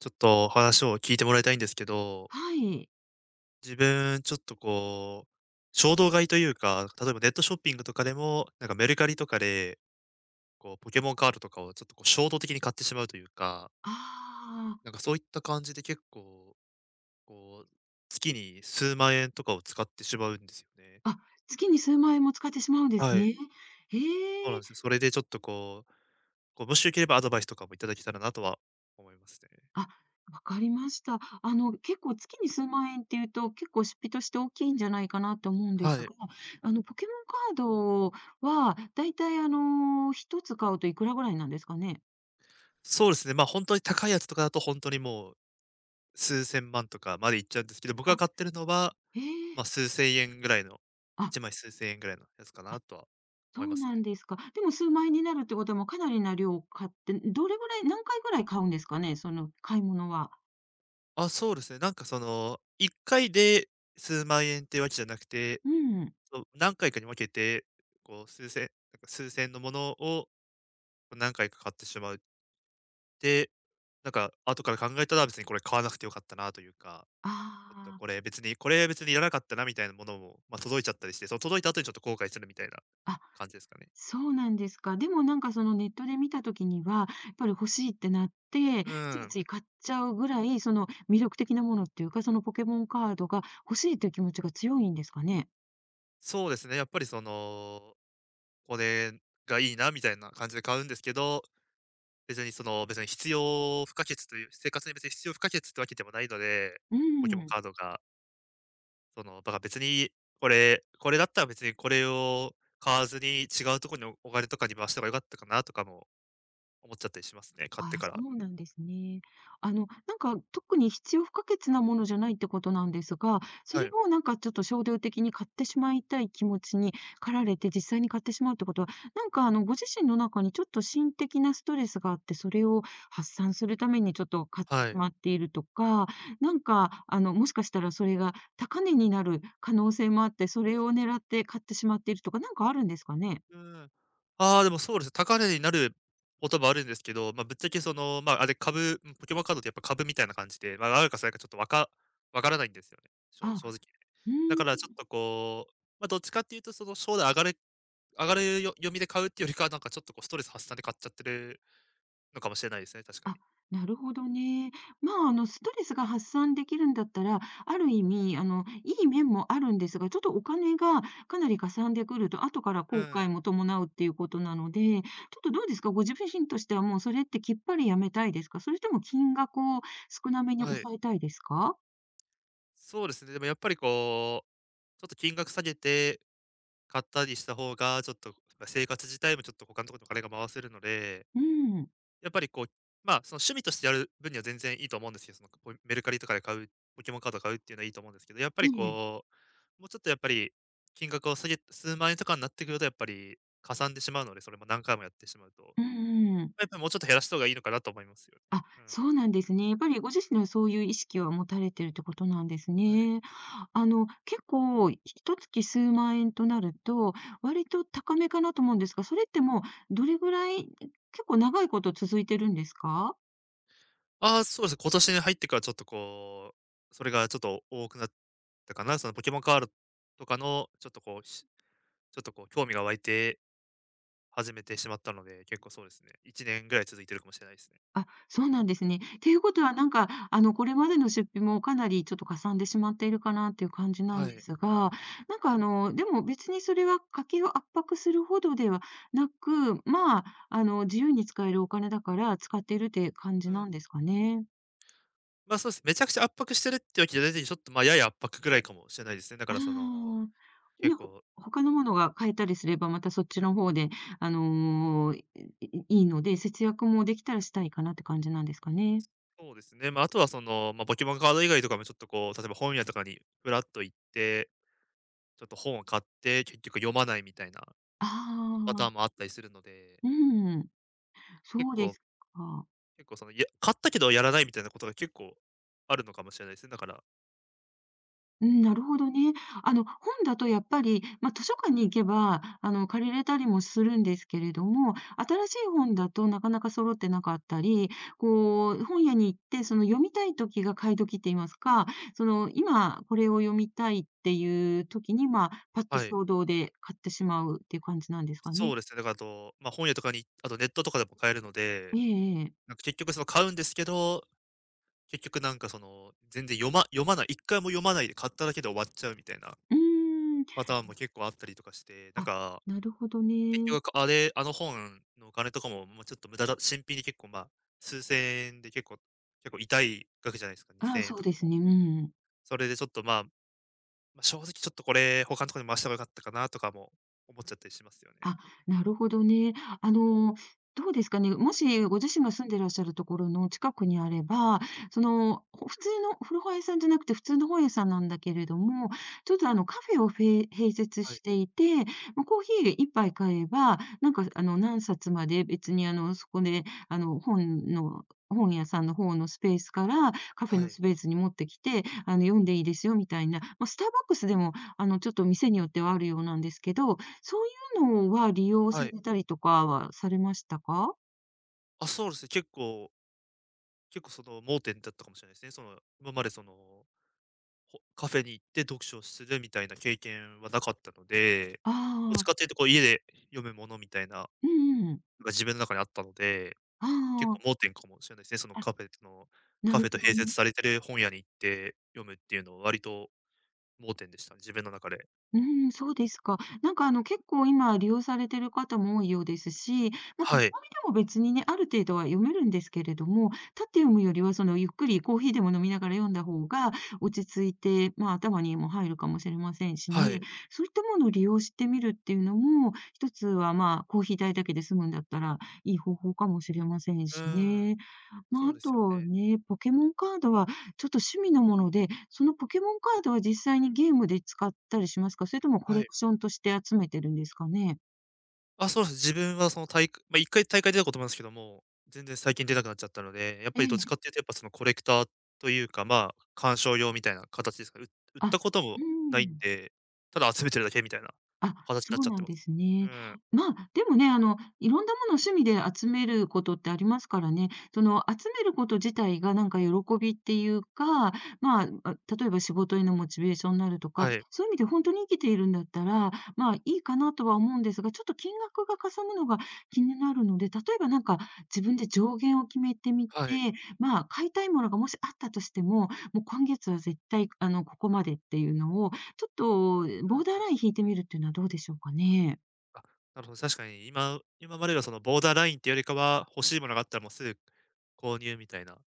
ちょっと話を聞いてもらいたいんですけど、はい。自分ちょっとこう、衝動買いというか、例えばネットショッピングとかでも、なんかメルカリとかで、こうポケモンカードとかをちょっとこう衝動的に買ってしまうというか、あなんかそういった感じで結構、こう、月に数万円とかを使ってしまうんですよね。あ、あ、月に数万円も使ってしまうんですはい。ね。へそうなんえ。ですよ。それでちょっとこう、もしよければアドバイスとかもいただけたらなとは思いますね。あ、わかりました。結構月に数万円っていうと、結構出費として大きいんじゃないかなと思うんではすい。が、ポケモンカードは、だいたい一つ買うといくらぐらいなんですかね？そうですね。まあ本当に高いやつとかだと本当にもう数千万とかまでいっちゃうんですけど、僕があ、買ってるのは、へえ。まあ、数千円ぐらいの、あ、1枚数千円ぐらいのやつかなあ、とはそ思いまうすなね。んですか。でも数万円になるってことは、もうかなりな量を買って、どれぐらい、何回ぐらい買うんですかね？その買い物は。あ、そうですね。なんかその、1回で数万円ってわけじゃなくて、うん。そう、何回かに分けて、こう数千なんか数千のものを何回か買ってしまう。で、なんか後から考えたら別にこれ買わなくてよかったなというか、ちょっとあこあ。れ別にこれ別にいらなかったなみたいなものも、まあ、届いちゃったりして、その届いた後にちょっと後悔するみたいなあ、感じですかね。そうなんですか。でもなんかそのネットで見た時には、やっぱり欲しいってなって、うついん。つい買っちゃうぐらい、その魅力的なものっていうか、そのポケモンカードが欲しいという気持ちが強いんですかね。そうですね、やっぱりその、これがいいなみたいな感じで買うんですけど、別にその、別に必要不可欠という、生活に別に必要不可欠ってわけでもないので、うポケモンん。カードが、その、だから別に、これだったら別にこれを買わずに違うところにお金とかに回した方が良かったかなとかも思っちゃったりしますね、買っあてあ、かそら。うなんですね。なんか特に必要不可欠なものじゃないってことなんですが、そはれい。をなんかちょっと衝動的に買ってしまいたい気持ちに駆られて実際に買ってしまうってことは、なんかご自身の中にちょっと心的なストレスがあって、それを発散するためにちょっと買ってしはい。まっているとか、なんかもしかしたらそれが高値になる可能性もあって、それを狙って買ってしまっているとか、なんかあるんですかね。うん。ああ、でもそうです。高値になることもあるんですけど、まあ、ぶっちゃけその、まあ、あれ株、うん、ポケモンカードってやっぱ株みたいな感じで、まあ、あるかそれかちょっとわからないんですよね、正あ、正直。うだからん。ちょっとこう、まあ、どっちかっていうとその将来上がるよ読みで買うっていうよりかは、なんかちょっとこうストレス発散で買っちゃってるのかもしれないですね、確かに。あ、なるほどね。まあ、ストレスが発散できるんだったら、ある意味、いい面もあるんですが、ちょっとお金がかなりかさんでくると、後からう後ん、悔も伴うっていうことなので、ちょっとどうですか、ご自身としてはもうそれってきっぱりやめたいですか、それとも金額を少なめにはい。抑えたいですか？そうですね、でもやっぱりこう、ちょっと金額下げて買ったりした方が、ちょっと、ま、生活自体もちょっと他のところにお金が回せるのでうん。やっぱりこう、まあ、その趣味としてやる分には全然いいと思うんですけど、そのメルカリとかで買う、ポケモンカード買うっていうのはいいと思うんですけど、やっぱりえ。こう、もうちょっとやっぱり金額を下げ、数万円とかになってくると、やっぱりかさんでしまうので、それも何回もやってしまうと、うやんうん。っぱりもうちょっと減らした方がいいのかなと思いますよね。あ、うん。そうなんですね。やっぱりご自身ではそういう意識は持たれてるってことなんですはい。ね。結構、一月数万円となると、割と高めかなと思うんですが、それってもうどれぐらい、結構長いこと続いてるんですか？ああ、そうです。今年に入ってからちょっとこう、それがちょっと多くなったかな。そのポケモンカードとかの、ちょっとこう、ちょっとこう、興味が湧いて始めてしまったので、結構そうですね。1年ぐらい続いてるかもしれないですね。あ、そうなんですね。っていうことは、なんか、これまでの出費もかなりちょっとかさんでしまっているかなっていう感じなんはでい。すが、なんか、でも別にそれは家計を圧迫するほどではなく、まあ、自由に使えるお金だから使っているって感じうなん。んですかね。ま、そうです。めちゃくちゃ圧迫してるってわけじゃないに、ちょっと、ま、やや圧迫ぐらいかもしれないですね。だかあらその、あ。ね、結ほ構、他のものが買えたりすれば、またそっちの方で、あの、いいいので、節約もできたらしたいかなって感じなんですかね。そうですね。ま、ああとはその、ま、ポケモンカード以外とかもちょっとこう、例えば本屋とかにふらっと行って、ちょっと本を買って、結局読まないみたいなあパタあ、ーンもあったりするので、うん、結そうで構すか。結構その、いや買ったけどやらないみたいなことが結構あるのかもしれないですね。だからうん、なるほどね。本だとやっぱり、まあ、図書館に行けば、借りれたりもするんですけれども、新しい本だとなかなか揃ってなかったり、こう、本屋に行って、その、読みたい時が買い時って言いますか、その、今これを読みたいっていう時に、まあ、パッとはい。衝動で買ってしまうっていう感じなんですかね？そうですね。だからあと、ま、本屋とかにあとネットとかでも買えるので、ええええ。なんか結局その買うんですけど結局なんかその、全然読まない一回も読まないで買っただけで終わっちゃうみたいなうーん。パターンも結構あったりとかして、なんあ、か、なるほど結ね。局あれ、あの本のお金とかも、まあ、ちょっと無駄だ新品に結構、数千円で結構痛い額じゃないですか、ああ、2000円そとうかですも。ね、うん。それでちょっと、まあ、正直ちょっとこれ他のところに回した方が良かったかなとかも思っちゃったりしますよね。あ、なるほどね。あの、どうですかね、もしご自身が住んでらっしゃるところの近くにあれば、その、普通の古本屋さんじゃなくて普通の本屋さんなんだけれども、ちょっとあのカフェを併設はい、していて、まあ、コーヒー一杯買えば、なんかあの何冊まで別にあのそこであの本の本屋さんの方のスペースからカフェはのい、スペースに持ってきて、あの読んでいいですよみたいな、まあ、スターバックスでもあのちょっと店によってはあるようなんですけど、そうのは利用はさい。れたりとかはされましたか？あ、そうですね、結構その盲点だったかもしれないですね。その、今までそのカフェに行って読書をするみたいな経験はなかったので、どっちあかっあ、ていうとこう家で読むものみたいなうんうん。が自分の中にあったので、あ結あ、構盲点かもしれないですね。そのあ、カフェのなカるフェほとど併設ね。されてる本屋に行って読むっていうのは割と盲点でしたね、自分の中で。うん、そうですか。なんかあの結構今利用されてる方も多いようですし、まあ、手紙はでい、も別にね、ある程度は読めるんですけれども、立って読むよりはそのゆっくりコーヒーでも飲みながら読んだ方が落ち着いて、まあ、頭にも入るかもしれませんしはね。い。そういったものを利用してみるっていうのも、一つはまあ、コーヒー代だけで済むんだったらいい方法かもしれませんうーしん、ね。まあ、そうあですよとね。ね、ポケモンカードはちょっと趣味のもので、そのポケモンカードは実際にゲームで使ったりしますか？それともコはレい。クションとして集めてるんですかね？あ、そうです。自分はその大会まあ1回大会出たこともあるんですけども、全然最近出なくなっちゃったので、やっえぱりどっちえ。かっていうとやっぱそのコレクターというか、まあ、鑑賞用みたいな形ですかね。う売っあ、たことうもーないんん。で、ただ集めてるだけみたいなあ、形にそなっちうゃっなてんまです。すうね。ん。まあ、でもね、いろんなものを趣味で集めることってありますからね、その集めること自体がなんか喜びっていうか、まあ、例えば仕事へのモチベーションになるとか、はい。そういう意味で本当に生きているんだったら、まあいいかなとは思うんですが、ちょっと金額がかさむのが気になるので、例えばなんか自分で上限を決めてみて、はい。まあ買いたいものがもしあったとしても、もう今月は絶対あのここまでっていうのをちょっとうボん。ーダーライン引いてみるっていうのはどうでしょうかね？あ、なるほど、確かに今まではそのボーダーラインっていうよりかは、欲しいものがあったらもうすぐ購入みたいな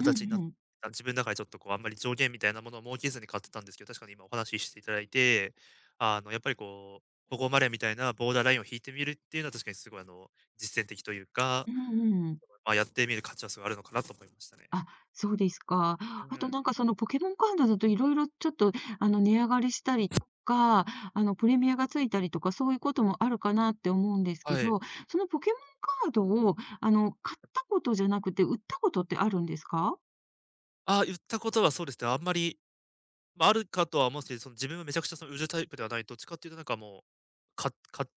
うになんっうん。た自分の中でちょっとこうあんまり上限みたいなものを設けずに買ってたんですけど、確かに今お話ししていただいて、あのやっぱりこう、ここまでみたいなボーダーラインを引いてみるっていうのは確かにすごいあの、実践的というか、うんうん。まあ、やってみる価値はすごいあるのかなと思いましたね。あ、そうですか。うあとん。なんかそのポケモンカードだといろいろちょっとあの値上がりしたりとか、あのプレミアがついたりとか、そういうこともあるかなって思うんですけはい。ど、そのポケモンカードをあの買ったことじゃなくて、売ったことってあるんですか？あ、言ったことはそうですね。あんまり、まあ、あるかとは思うんですけど、その自分はめちゃくちゃその売るタイプではない、どっちかっていうとなんかもう、か買っ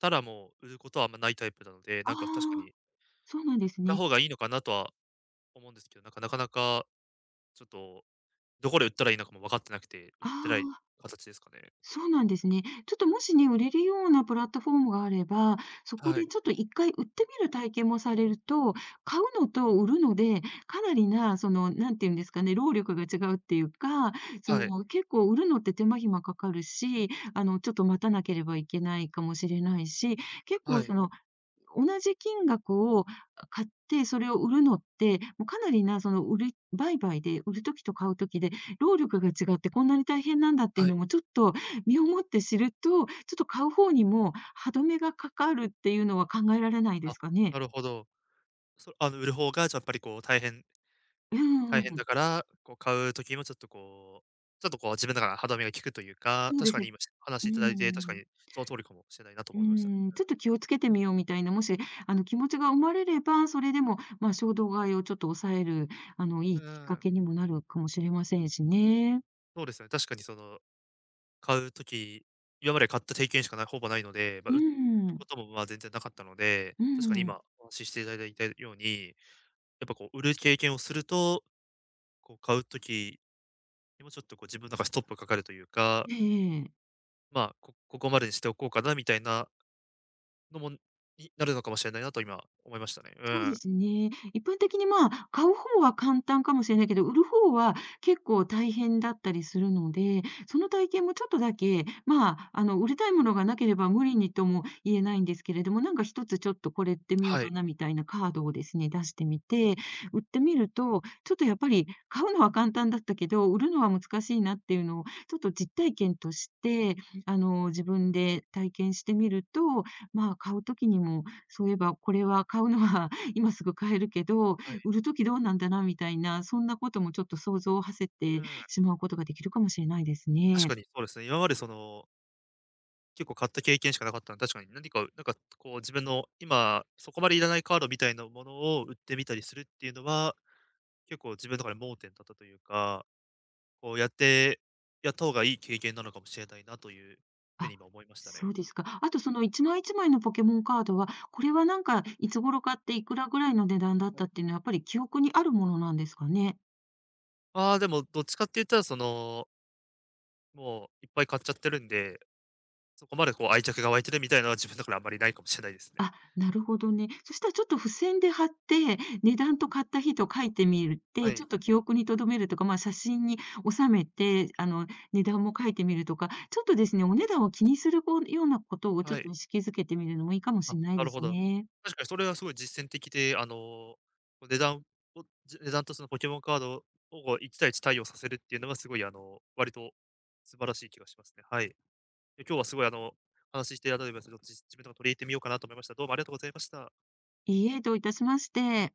たらもう売ることはあんまないタイプなので、あなんか確かあにー、そうなん売っですたね。方がいいのかなとは思うんですけど、なんかなかなかちょっとどこで売ったらいいのかも分かってなくて、売っあてないあ。形ですかね。そうなんですね。ちょっともしね、売れるようなプラットフォームがあれば、そこはでい、ちょっと1回売ってみる体験もされると、買うのと売るので、かなりな、その、なんていうんですかね、労力が違うっていうか、そはい、の、結構売るのって手間暇かかるし、ちょっと待たなければいけないかもしれないし、結は構い、その、同じ金額を買って、それを売るのって、もうかなりな、その、売買で、売るときと買うときで、労力が違ってこんなに大変なんだっていうはい。のもちょっと身をもって知ると、ちょっと買う方にも歯止めがかかるっていうのは考えられないであ、すかね？なるほど。あの、売る方がじゃ、やっぱりこう大変う大変ん、だから、こう買う時もちょっとこう自分の中で歯止めが利くというか、そう確ですかにね。今話ういただいて、確かん。にその通りかもしれないなとう思いましたね。ん、ちょっと気をつけてみようみたいな、もし、気持ちが生まれれば、それでも、まあ、衝動買いをちょっと抑える、いういきっーかん、けにもなるかもしれませんしね。そうですよね。確かにその、買う時、今まで買った経験しかないほぼないので、ま、う売るこん。とも、ま、全然なかったので、う確かに今ん。お話ししていただいたように、やっぱこう売る経験をするとこう買う時にもちょっとこう自分の中でストップかかるというか、ええ、まあ、ここまでにしておこうかなみたいなのも、になるのかもしれないなと今思いましたね。うそうでん。すね。一般的に、まあ、買う方は簡単かもしれないけど、売る方は結構大変だったりするので、その体験もちょっとだけ、まあ、売りたいものがなければ無理にとも言えないんですけれども、なんか一つちょっとこれ売ってみようはかい。なみたいなカードをですね、出してみて、売ってみると、ちょっとやっぱり買うのは簡単だったけど、売るのは難しいなっていうのを、ちょっと実体験として、自分で体験してみると、まあ、買う時にも、そういえばこれは買うのは今すぐ買えるけど、はい。売るときどうなんだなみたいな、そんなこともちょっと想像を馳せうてん。しまうことができるかもしれないです確ね。かにそうですね。今までその、結構買った経験しかなかったので、確かに何か、なんかこう自分の今、そこまでいらないカードみたいなものを売ってみたりするっていうのは、結構自分の中で盲点だったというか、こうやって、やった方がいい経験なのかもしれないなというふうあ、に今思いましたね。そうですか。あとその一枚一枚のポケモンカードは、これはなんかいつ頃買っていくらぐらいの値段だっはたっい。ていうのはやっぱり記憶にあるものなんですかね？まあ、でもどっちかって言ったらそのもういっぱい買っちゃってるんで、そこまでこう愛着が湧いてるみたいなのは自分の中であんまりないかもしれないですね。あ、なるほどね。そしたらちょっと付箋で貼って、値段と買った日と書いてみるっはて、ちょい。っと記憶に留めるとか、まあ、写真に収めて、値段も書いてみるとか、ちょっとですね、お値段を気にするこうようなことをちょはっとい。意識づけてみるのもいいかもしあ、れないなでるほすど。ね。確かにそれはすごい実践的で、あの、値段値段とそのポケモンカードをこう1対1対応させるっていうのがすごいあの、割と素晴らしい気がしますね。はい。で、今日はすごいあの、話していただいたので、ちょっと自分とか取り入れてみようかなと思いました。どうもありがとうございました。いいえ、どういたしまして。